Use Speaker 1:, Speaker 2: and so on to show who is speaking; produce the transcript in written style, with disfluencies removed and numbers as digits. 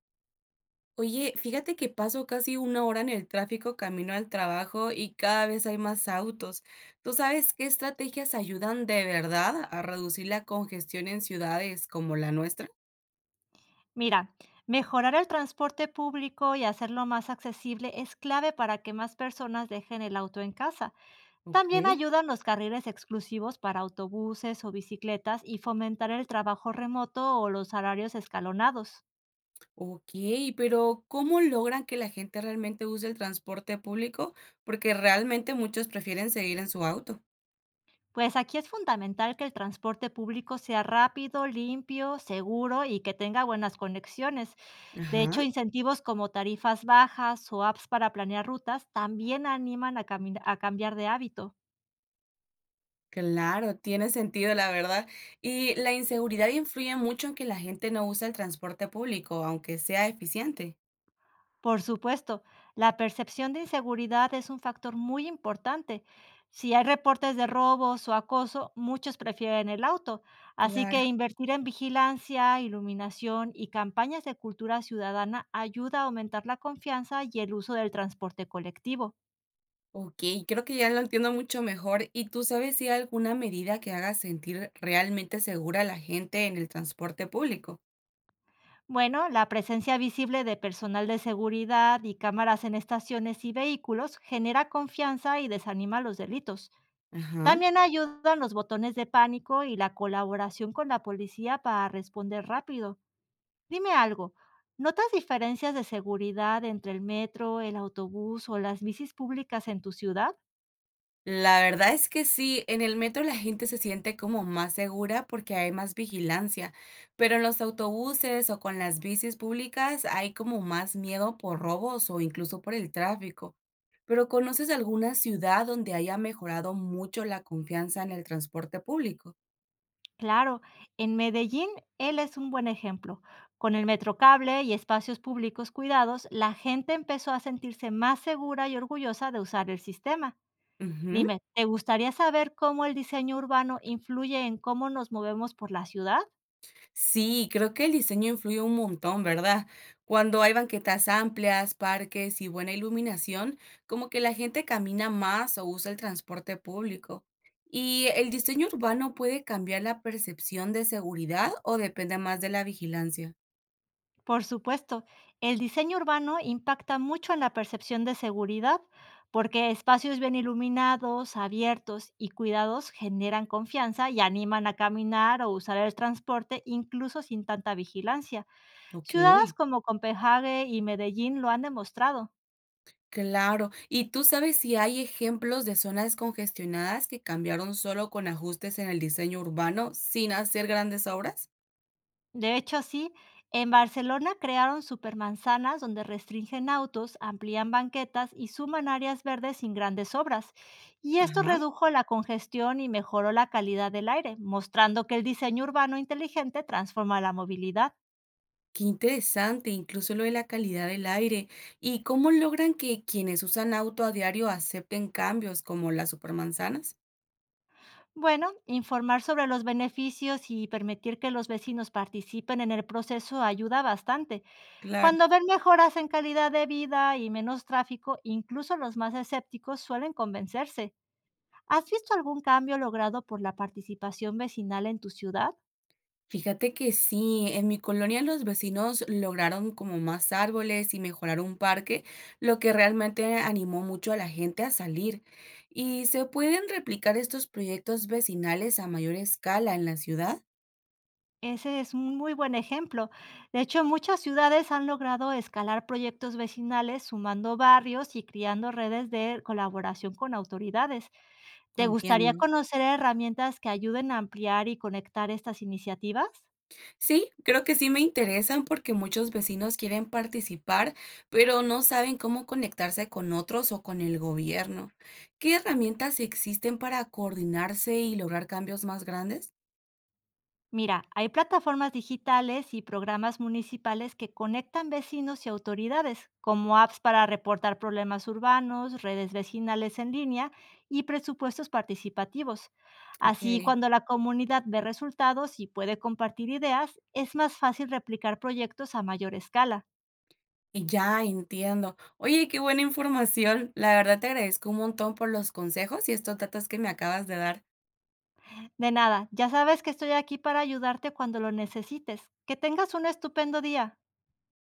Speaker 1: Oye, fíjate que paso casi una hora en el tráfico camino al trabajo y cada vez hay más autos. ¿Tú sabes qué estrategias ayudan de verdad a reducir la congestión en ciudades como la nuestra?
Speaker 2: Mira, mejorar el transporte público y hacerlo más accesible es clave para que más personas dejen el auto en casa.
Speaker 1: Ok,
Speaker 2: También ayudan los carriles exclusivos para autobuses o bicicletas y fomentar el trabajo remoto o los salarios escalonados.
Speaker 1: ok, pero ¿cómo logran que la gente realmente use el transporte público? Porque realmente muchos prefieren seguir en su auto.
Speaker 2: Pues aquí es fundamental que el transporte público sea rápido, limpio, seguro y que tenga buenas conexiones. De hecho,
Speaker 1: Ajá,
Speaker 2: incentivos como tarifas bajas o apps para planear rutas también animan a cambiar de hábito.
Speaker 1: claro, tiene sentido, la verdad. Y la inseguridad influye mucho en que la gente no usa el transporte público, aunque sea eficiente.
Speaker 2: Por supuesto, la percepción de inseguridad es un factor muy importante. Si hay reportes de robos o acoso, muchos prefieren el auto. Así
Speaker 1: Claro.
Speaker 2: que invertir en vigilancia, iluminación y campañas de cultura ciudadana ayuda a aumentar la confianza y el uso del transporte colectivo.
Speaker 1: Okey, creo que ya lo entiendo mucho mejor. ¿Y tú sabes si hay alguna medida que haga sentir realmente segura a la gente en el transporte público?
Speaker 2: Bueno, la presencia visible de personal de seguridad y cámaras en estaciones y vehículos genera confianza y desanima los delitos.
Speaker 1: Ajá.
Speaker 2: También ayudan los botones de pánico y la colaboración con la policía para responder rápido. Dime algo, ¿notas diferencias de seguridad entre el metro, el autobús o las bicis públicas en tu ciudad?
Speaker 1: La verdad es que sí, en el metro la gente se siente como más segura porque hay más vigilancia, pero en los autobuses o con las bicis públicas hay como más miedo por robos o incluso por el tráfico. ¿Pero conoces alguna ciudad donde haya mejorado mucho la confianza en el transporte público?
Speaker 2: Claro, en Medellín él es un buen ejemplo. Con el metrocable y espacios públicos cuidados, la gente empezó a sentirse más segura y orgullosa de usar el sistema.
Speaker 1: Ujú.
Speaker 2: Dime, ¿te gustaría saber cómo el diseño urbano influye en cómo nos movemos por la ciudad?
Speaker 1: Sí, creo que el diseño influye un montón, ¿verdad? Cuando hay banquetas amplias, parques y buena iluminación, como que la gente camina más o usa el transporte público. ¿Y el diseño urbano puede cambiar la percepción de seguridad o depende más de la vigilancia?
Speaker 2: Por supuesto, el diseño urbano impacta mucho en la percepción de seguridad, porque espacios bien iluminados, abiertos y cuidados generan confianza y animan a caminar o usar el transporte incluso sin tanta vigilancia.
Speaker 1: Ok.
Speaker 2: Ciudades como Copenhague y Medellín lo han demostrado.
Speaker 1: Claro. ¿Y tú sabes si hay ejemplos de zonas congestionadas que cambiaron solo con ajustes en el diseño urbano sin hacer grandes obras?
Speaker 2: De hecho, sí, en Barcelona crearon supermanzanas donde restringen autos, amplían banquetas y suman áreas verdes sin grandes obras. Y esto
Speaker 1: Ajá.
Speaker 2: redujo la congestión y mejoró la calidad del aire, mostrando que el diseño urbano inteligente transforma la movilidad.
Speaker 1: Qué interesante, incluso lo de la calidad del aire. ¿Y cómo logran que quienes usan auto a diario acepten cambios como las supermanzanas?
Speaker 2: Bueno, informar sobre los beneficios y permitir que los vecinos participen en el proceso ayuda bastante.
Speaker 1: Claro.
Speaker 2: Cuando ven mejoras en calidad de vida y menos tráfico, incluso los más escépticos suelen convencerse. ¿Has visto algún cambio logrado por la participación vecinal en tu ciudad?
Speaker 1: Fíjate que sí, en mi colonia los vecinos lograron como más árboles y mejorar un parque, lo que realmente animó mucho a la gente a salir. ¿Y se pueden replicar estos proyectos vecinales a mayor escala en la ciudad?
Speaker 2: Ese es un muy buen ejemplo. De hecho, muchas ciudades han logrado escalar proyectos vecinales sumando barrios y creando redes de colaboración con autoridades. ¿Te gustaría
Speaker 1: Entiendo.
Speaker 2: conocer herramientas que ayuden a ampliar y conectar estas iniciativas?
Speaker 1: Sí, creo que sí me interesan porque muchos vecinos quieren participar, pero no saben cómo conectarse con otros o con el gobierno. ¿Qué herramientas existen para coordinarse y lograr cambios más grandes?
Speaker 2: Mira, hay plataformas digitales y programas municipales que conectan vecinos y autoridades, como apps para reportar problemas urbanos, redes vecinales en línea y presupuestos participativos.
Speaker 1: Ok,
Speaker 2: Así, cuando la comunidad ve resultados y puede compartir ideas, es más fácil replicar proyectos a mayor escala.
Speaker 1: y ya entiendo. Oye, qué buena información. La verdad te agradezco un montón por los consejos y estos datos que me acabas de dar.
Speaker 2: De nada, ya sabes que estoy aquí para ayudarte cuando lo necesites. Que tengas un estupendo día.